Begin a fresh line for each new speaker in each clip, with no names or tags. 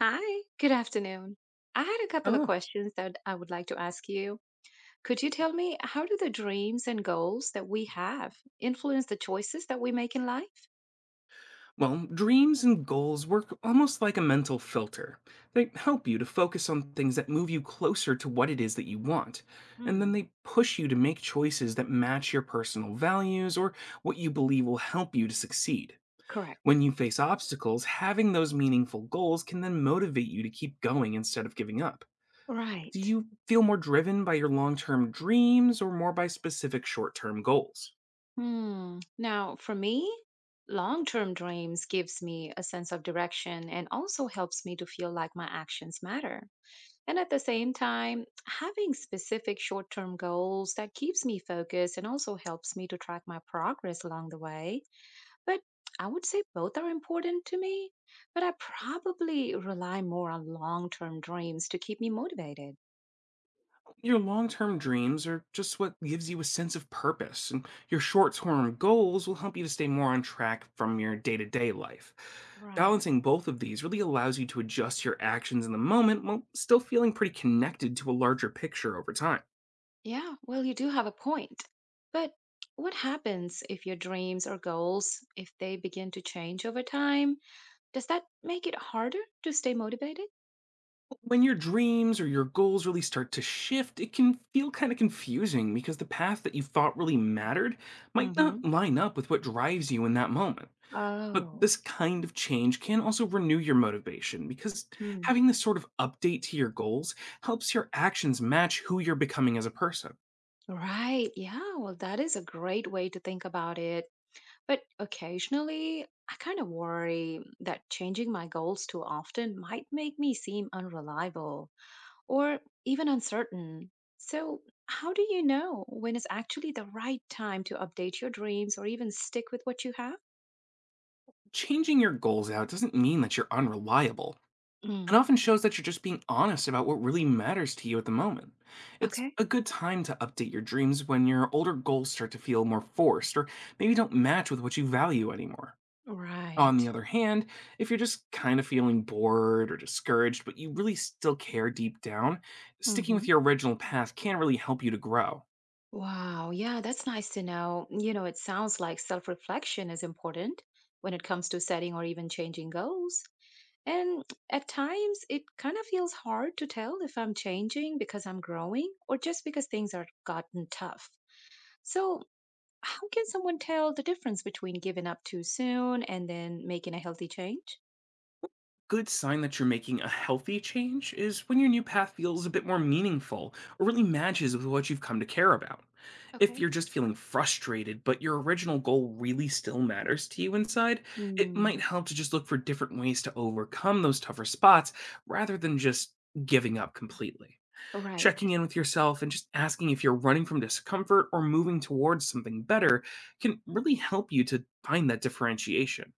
Hi, good afternoon. I had a couple of
Oh,
questions that I would like to ask you. Could you tell me, how do the dreams and goals that we have influence the choices that we make in life?
well, dreams and goals work almost like a mental filter. They help you to focus on things that move you closer to what it is that you want, and then
Hmm,
they push you to make choices that match your personal values or what you believe will help you to succeed.
correct.
When you face obstacles, having those meaningful goals can then motivate you to keep going instead of giving up. Do
Right.
you feel more driven by your long term dreams or more by specific short term goals?
Hmm. Now, for me, long-term dreams gives me a sense of direction and also helps me to feel like my actions matter. And at the same time, having specific short-term goals that keeps me focused and also helps me to track my progress along the way. But I would say both are important to me, but I probably rely more on long term dreams to keep me motivated.
Your long term dreams are just what gives you a sense of purpose, and your short term goals will help you to stay more on track from your day to day life.
Right.
Balancing both of these really allows you to adjust your actions in the moment while still feeling pretty connected to a larger picture over time.
Yeah, well, you do have a point. But what happens if your dreams or goals, if they begin to change over time? Does that make it harder to stay motivated?
When your dreams or your goals really start to shift, it can feel kind of confusing because the path that you thought really mattered might not
Mm-hmm.
line up with what drives you in that moment. But
Oh.
this kind of change can also renew your motivation because
Hmm.
having this sort of update to your goals helps your actions match who you're becoming as a person.
Right. Yeah, well, that is a great way to think about it. But occasionally, I kind of worry that changing my goals too often might make me seem unreliable or even uncertain. So, how do you know when it's actually the right time to update your dreams or even stick with what you have?
Changing your goals out doesn't mean that you're unreliable,
Mm,
and often shows that you're just being honest about what really matters to you at the moment. It's
okay.
a good time to update your dreams when your older goals start to feel more forced or maybe don't match with what you value anymore. On
Right.
the other hand, if you're just kind of feeling bored or discouraged, but you really still care deep down, sticking
Hmm.
with your original path can really help you to grow.
Wow. Yeah, that's nice to know. It sounds like self reflection is important when it comes to setting or even changing goals. And at times, it kind of feels hard to tell if I'm changing because I'm growing or just because things are gotten tough. So, how can someone tell the difference between giving up too soon and then making a healthy change?
Good sign that you're making a healthy change is when your new path feels a bit more meaningful or really matches with what you've come to care about. If
Okay.
you're just feeling frustrated, but your original goal really still matters to you inside, it
Hmm.
might help to just look for different ways to overcome those tougher spots rather than just giving up completely.
Right.
Checking in with yourself and just asking if you're running from discomfort or moving towards something better can really help you to find that differentiation.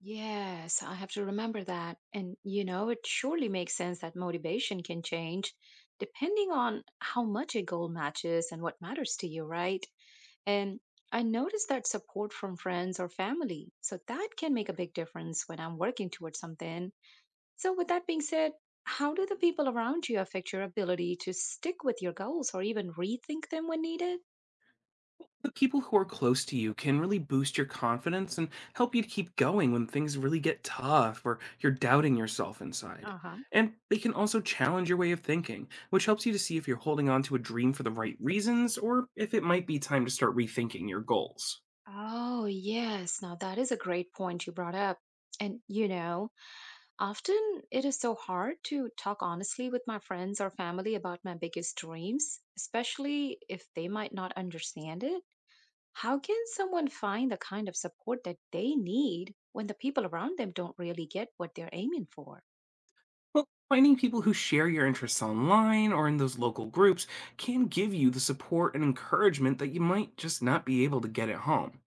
Yes, I have to remember that. And it surely makes sense that motivation can change depending on how much a goal matches and what matters to you, right? And I noticed that support from friends or family, so that can make a big difference when I'm working towards something. So, with that being said, how do the people around you affect your ability to stick with your goals or even rethink them when needed?
The people who are close to you can really boost your confidence and help you to keep going when things really get tough or you're doubting yourself inside.
Uh huh.
And they can also challenge your way of thinking, which helps you to see if you're holding on to a dream for the right reasons or if it might be time to start rethinking your goals.
Oh, yes. Now, that is a great point you brought up. And often it is so hard to talk honestly with my friends or family about my biggest dreams, especially if they might not understand it. How can someone find the kind of support that they need when the people around them don't really get what they're aiming for?
Well, finding people who share your interests online or in those local groups can give you the support and encouragement that you might just not be able to get at home.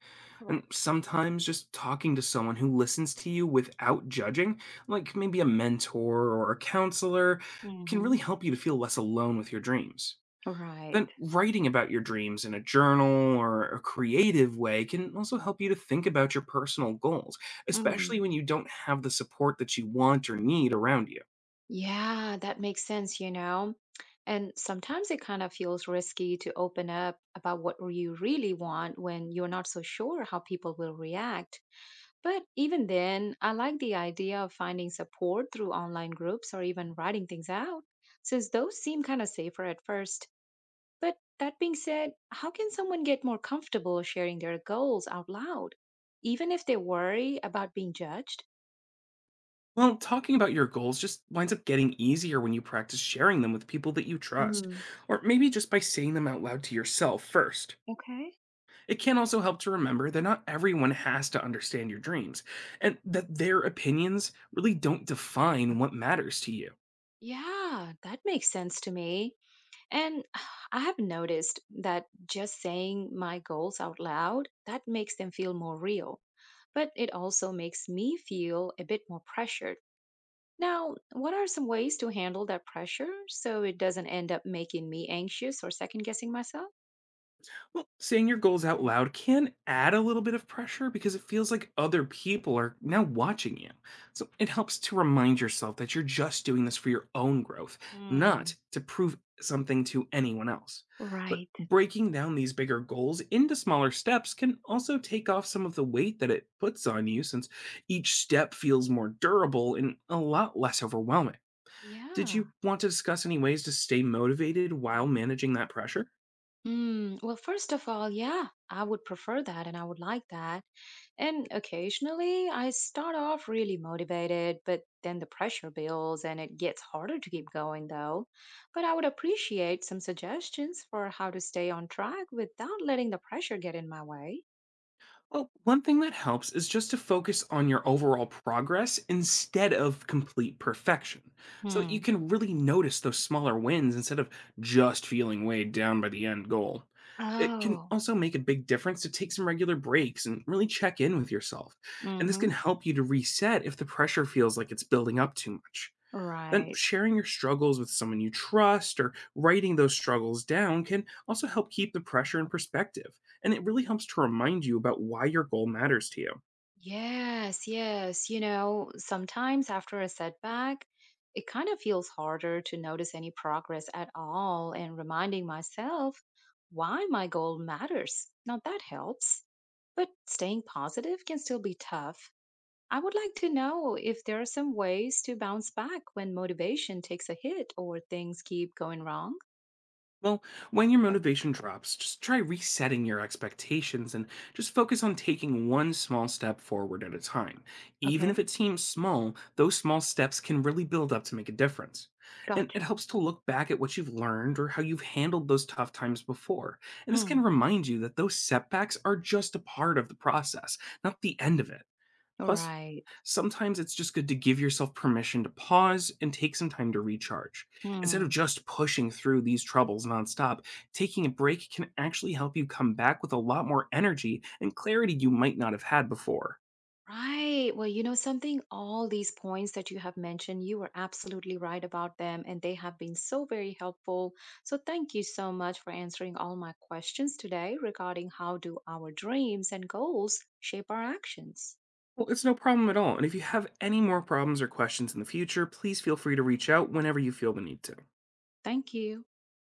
And
Correct.
sometimes just talking to someone who listens to you without judging, like maybe a mentor or a counselor, can really
Hmm.
help you to feel less alone with your dreams.
Right.
Then writing about your dreams in a journal or a creative way can also help you to think about your personal goals, especially
Mm.
when you don't have the support that you want or need around you.
Yeah, that makes sense. And sometimes it kind of feels risky to open up about what you really want when you're not so sure how people will react. But even then, I like the idea of finding support through online groups or even writing things out, since those seem kind of safer at first. But that being said, how can someone get more comfortable sharing their goals out loud, even if they worry about being judged?
Well, talking about your goals just winds up getting easier when you practice sharing them with people that you trust,
Mm,
or maybe just by saying them out loud to yourself first.
okay.
It can also help to remember that not everyone has to understand your dreams, and that their opinions really don't define what matters to you.
Yeah, that makes sense to me. And I have noticed that just saying my goals out loud, that makes them feel more real. But it also makes me feel a bit more pressured. Now, what are some ways to handle that pressure so it doesn't end up making me anxious or second guessing myself?
Well, saying your goals out loud can add a little bit of pressure because it feels like other people are now watching you. So it helps to remind yourself that you're just doing this for your own growth, not
Mm.
to prove something to anyone else. But
Right.
breaking down these bigger goals into smaller steps can also take off some of the weight that it puts on you, since each step feels more durable and a lot less overwhelming. Did you
Yeah.
want to discuss any ways to stay motivated while managing that pressure?
Mm. Well, first of all, yeah, I would prefer that and I would like that. And occasionally I start off really motivated, but then the pressure builds and it gets harder to keep going, though. But I would appreciate some suggestions for how to stay on track without letting the pressure get in my way.
Well, one thing that helps is just to focus on your overall progress instead of complete perfection, so that you
Hmm.
can really notice those smaller wins instead of just feeling weighed down by the end goal. It can
Oh.
also make a big difference to take some regular breaks and really check in with yourself, and this
Mm-hmm.
can help you to reset if the pressure feels like it's building up too much. Then
Right.
sharing your struggles with someone you trust or writing those struggles down can also help keep the pressure in perspective. And it really helps to remind you about why your goal matters to you.
Yes, yes. Sometimes after a setback, it kind of feels harder to notice any progress at all, and reminding myself why my goal matters, now that helps. But staying positive can still be tough. I would like to know if there are some ways to bounce back when motivation takes a hit or things keep going wrong.
Well, when your motivation drops, just try resetting your expectations and just focus on taking one small step forward at a time. Even if
Okay,
it seems small, those small steps can really build up to make a difference. And it
gotcha.
helps to look back at what you've learned or how you've handled those tough times before. And this can
Hmm.
remind you that those setbacks are just a part of the process, not the end of it. Plus,
Right.
sometimes it's just good to give yourself permission to pause and take some time to recharge. Instead of
Hmm.
just pushing through these troubles nonstop, taking a break can actually help you come back with a lot more energy and clarity you might not have had before.
Right. Well, all these points that you have mentioned, you were absolutely right about them, and they have been so very helpful. So, thank you so much for answering all my questions today regarding how do our dreams and goals shape our actions.
Well, it's no problem at all. And if you have any more problems or questions in the future, please feel free to reach out whenever you feel the need to.
Thank you.